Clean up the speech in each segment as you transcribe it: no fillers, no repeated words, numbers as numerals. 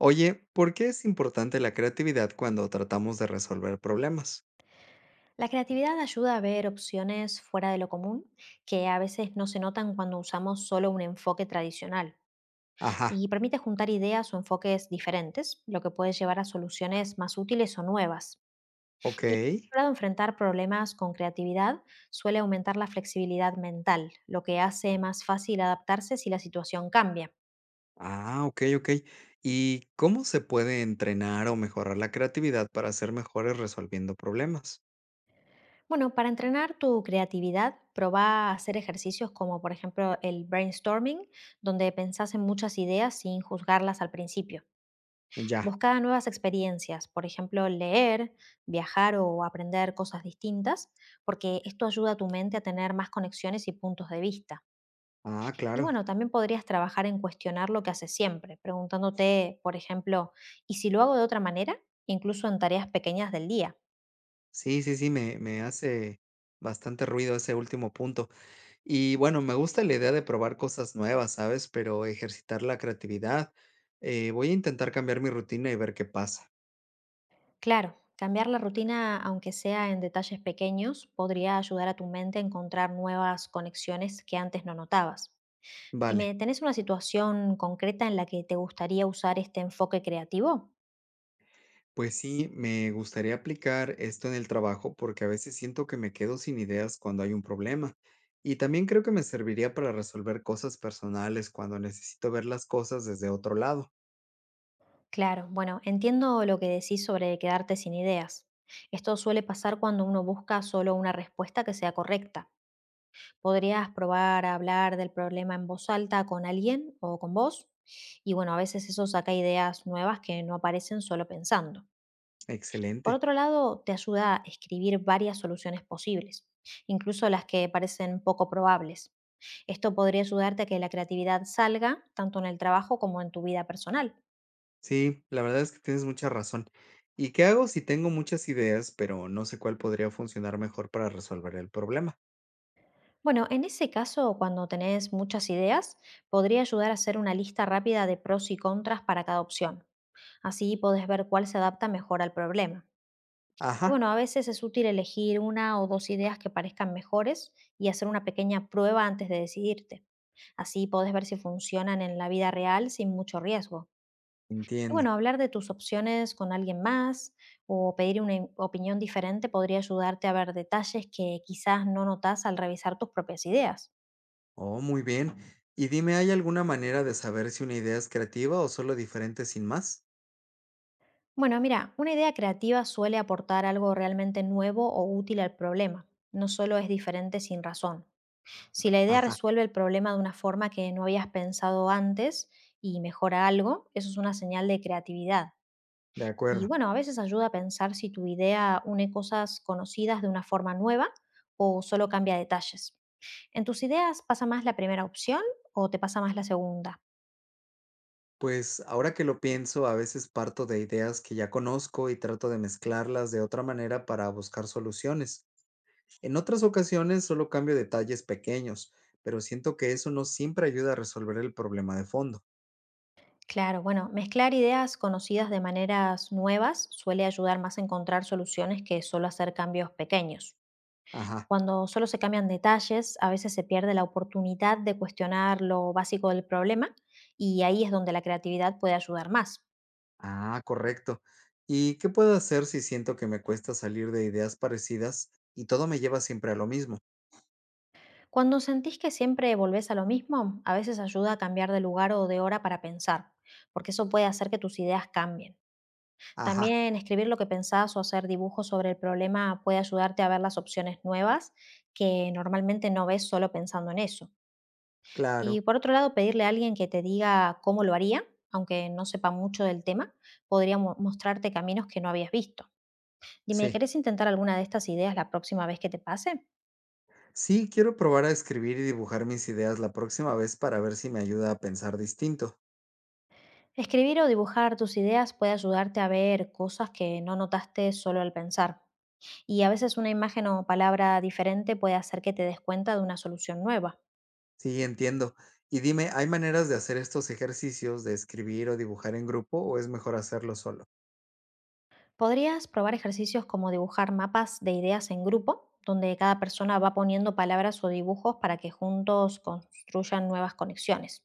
Oye, ¿por qué es importante la creatividad cuando tratamos de resolver problemas? La creatividad ayuda a ver opciones fuera de lo común, que a veces no se notan cuando usamos solo un enfoque tradicional, Ajá, y permite juntar ideas o enfoques diferentes, lo que puede llevar a soluciones más útiles o nuevas. ok. Y por otro lado, enfrentar problemas con creatividad suele aumentar la flexibilidad mental, lo que hace más fácil adaptarse si la situación cambia. Ah, ok, ok. ¿Y cómo se puede entrenar o mejorar la creatividad para ser mejores resolviendo problemas? Bueno, para entrenar tu creatividad, probá a hacer ejercicios como por ejemplo el brainstorming, donde pensás en muchas ideas sin juzgarlas al principio. Ya. Busca nuevas experiencias, por ejemplo, leer, viajar o aprender cosas distintas, porque esto ayuda a tu mente a tener más conexiones y puntos de vista. Ah, Y claro. bueno, también podrías trabajar en cuestionar lo que haces siempre, preguntándote, por ejemplo, ¿y si lo hago de otra manera? Incluso en tareas pequeñas del día. Sí, sí, sí, me hace bastante ruido ese último punto. Y bueno, me gusta la idea de probar cosas nuevas, ¿sabes? Pero ejercitar la creatividad. Voy a intentar cambiar mi rutina y ver qué pasa. Claro, cambiar la rutina, aunque sea en detalles pequeños, podría ayudar a tu mente a encontrar nuevas conexiones que antes no notabas. Dime, Vale. ¿tenés una situación concreta en la que te gustaría usar este enfoque creativo? Pues sí, me gustaría aplicar esto en el trabajo porque a veces siento que me quedo sin ideas cuando hay un problema. Y también creo que me serviría para resolver cosas personales cuando necesito ver las cosas desde otro lado. Claro, bueno, entiendo lo que decís sobre quedarte sin ideas. Esto suele pasar cuando uno busca solo una respuesta que sea correcta. Podrías probar a hablar del problema en voz alta con alguien o con vos. Y bueno, a veces eso saca ideas nuevas que no aparecen solo pensando. Por Excelente. otro lado, te ayuda a escribir varias soluciones posibles, incluso las que parecen poco probables. Esto podría ayudarte a que la creatividad salga tanto en el trabajo como en tu vida personal. Sí, la verdad es que tienes mucha razón. ¿Y qué hago si tengo muchas ideas, pero no sé cuál podría funcionar mejor para resolver el problema? Bueno, en ese caso, cuando tenés muchas ideas, podría ayudar a hacer una lista rápida de pros y contras para cada opción. Así podés ver cuál se adapta mejor al problema. Y Ajá, bueno, a veces es útil elegir una o dos ideas que parezcan mejores y hacer una pequeña prueba antes de decidirte. Así podés ver si funcionan en la vida real sin mucho riesgo. Y entiendo. bueno, hablar de tus opciones con alguien más o pedir una opinión diferente podría ayudarte a ver detalles que quizás no notas al revisar tus propias ideas. Oh, muy bien. Y dime, ¿hay alguna manera de saber si una idea es creativa o solo diferente sin más? Bueno, mira, una idea creativa suele aportar algo realmente nuevo o útil al problema. No solo es diferente sin razón. Si la idea Ajá, resuelve el problema de una forma que no habías pensado antes y mejora algo, eso es una señal de creatividad. de Y acuerdo. bueno, a veces ayuda a pensar si tu idea une cosas conocidas de una forma nueva o solo cambia detalles. ¿En tus ideas pasa más la primera opción o te pasa más la segunda? Pues ahora que lo pienso, a veces parto de ideas que ya conozco y trato de mezclarlas de otra manera para buscar soluciones. En otras ocasiones solo cambio detalles pequeños, pero siento que eso no siempre ayuda a resolver el problema de fondo. Claro, bueno, mezclar ideas conocidas de maneras nuevas suele ayudar más a encontrar soluciones que solo hacer cambios pequeños. Ajá, Cuando solo se cambian detalles, a veces se pierde la oportunidad de cuestionar lo básico del problema y ahí es donde la creatividad puede ayudar más. ah, correcto. ¿Y qué puedo hacer si siento que me cuesta salir de ideas parecidas y todo me lleva siempre a lo mismo? Cuando sentís que siempre volvés a lo mismo, a veces ayuda a cambiar de lugar o de hora para pensar, porque eso puede hacer que tus ideas cambien. Ajá, También escribir lo que pensás o hacer dibujos sobre el problema puede ayudarte a ver las opciones nuevas que normalmente no ves solo pensando en eso. claro, Y por otro lado, pedirle a alguien que te diga cómo lo haría, aunque no sepa mucho del tema, podría mostrarte caminos que no habías visto. Dime, sí. ¿querés intentar alguna de estas ideas la próxima vez que te pase? Sí, quiero probar a escribir y dibujar mis ideas la próxima vez para ver si me ayuda a pensar distinto. Escribir o dibujar tus ideas puede ayudarte a ver cosas que no notaste solo al pensar. Y a veces una imagen o palabra diferente puede hacer que te des cuenta de una solución nueva. Sí, entiendo. Y dime, ¿hay maneras de hacer estos ejercicios de escribir o dibujar en grupo o es mejor hacerlo solo? Podrías probar ejercicios como dibujar mapas de ideas en grupo, donde cada persona va poniendo palabras o dibujos para que juntos construyan nuevas conexiones.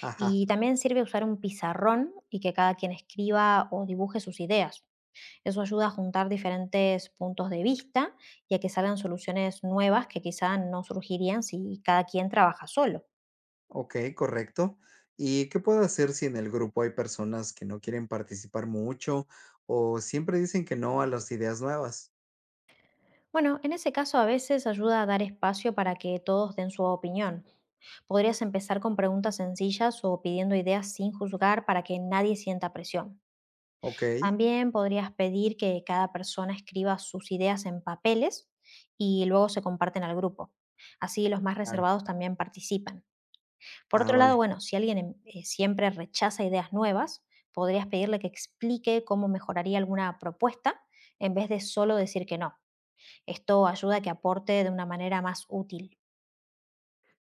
Ajá, Y también sirve usar un pizarrón y que cada quien escriba o dibuje sus ideas. Eso ayuda a juntar diferentes puntos de vista y a que salgan soluciones nuevas que quizá no surgirían si cada quien trabaja solo. ok, correcto. ¿Y qué puedo hacer si en el grupo hay personas que no quieren participar mucho o siempre dicen que no a las ideas nuevas? Bueno, en ese caso a veces ayuda a dar espacio para que todos den su opinión. Podrías empezar con preguntas sencillas o pidiendo ideas sin juzgar para que nadie sienta presión. Ok, También podrías pedir que cada persona escriba sus ideas en papeles y luego se comparten al grupo. Así los más claro. reservados también participan. Por Ah, otro lado, vale. bueno, si alguien siempre rechaza ideas nuevas, podrías pedirle que explique cómo mejoraría alguna propuesta en vez de solo decir que no. Esto ayuda a que aporte de una manera más útil.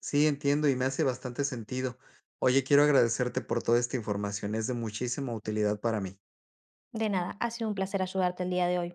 Sí, entiendo y me hace bastante sentido. Oye, quiero agradecerte por toda esta información, es de muchísima utilidad para mí. De nada, ha sido un placer ayudarte el día de hoy.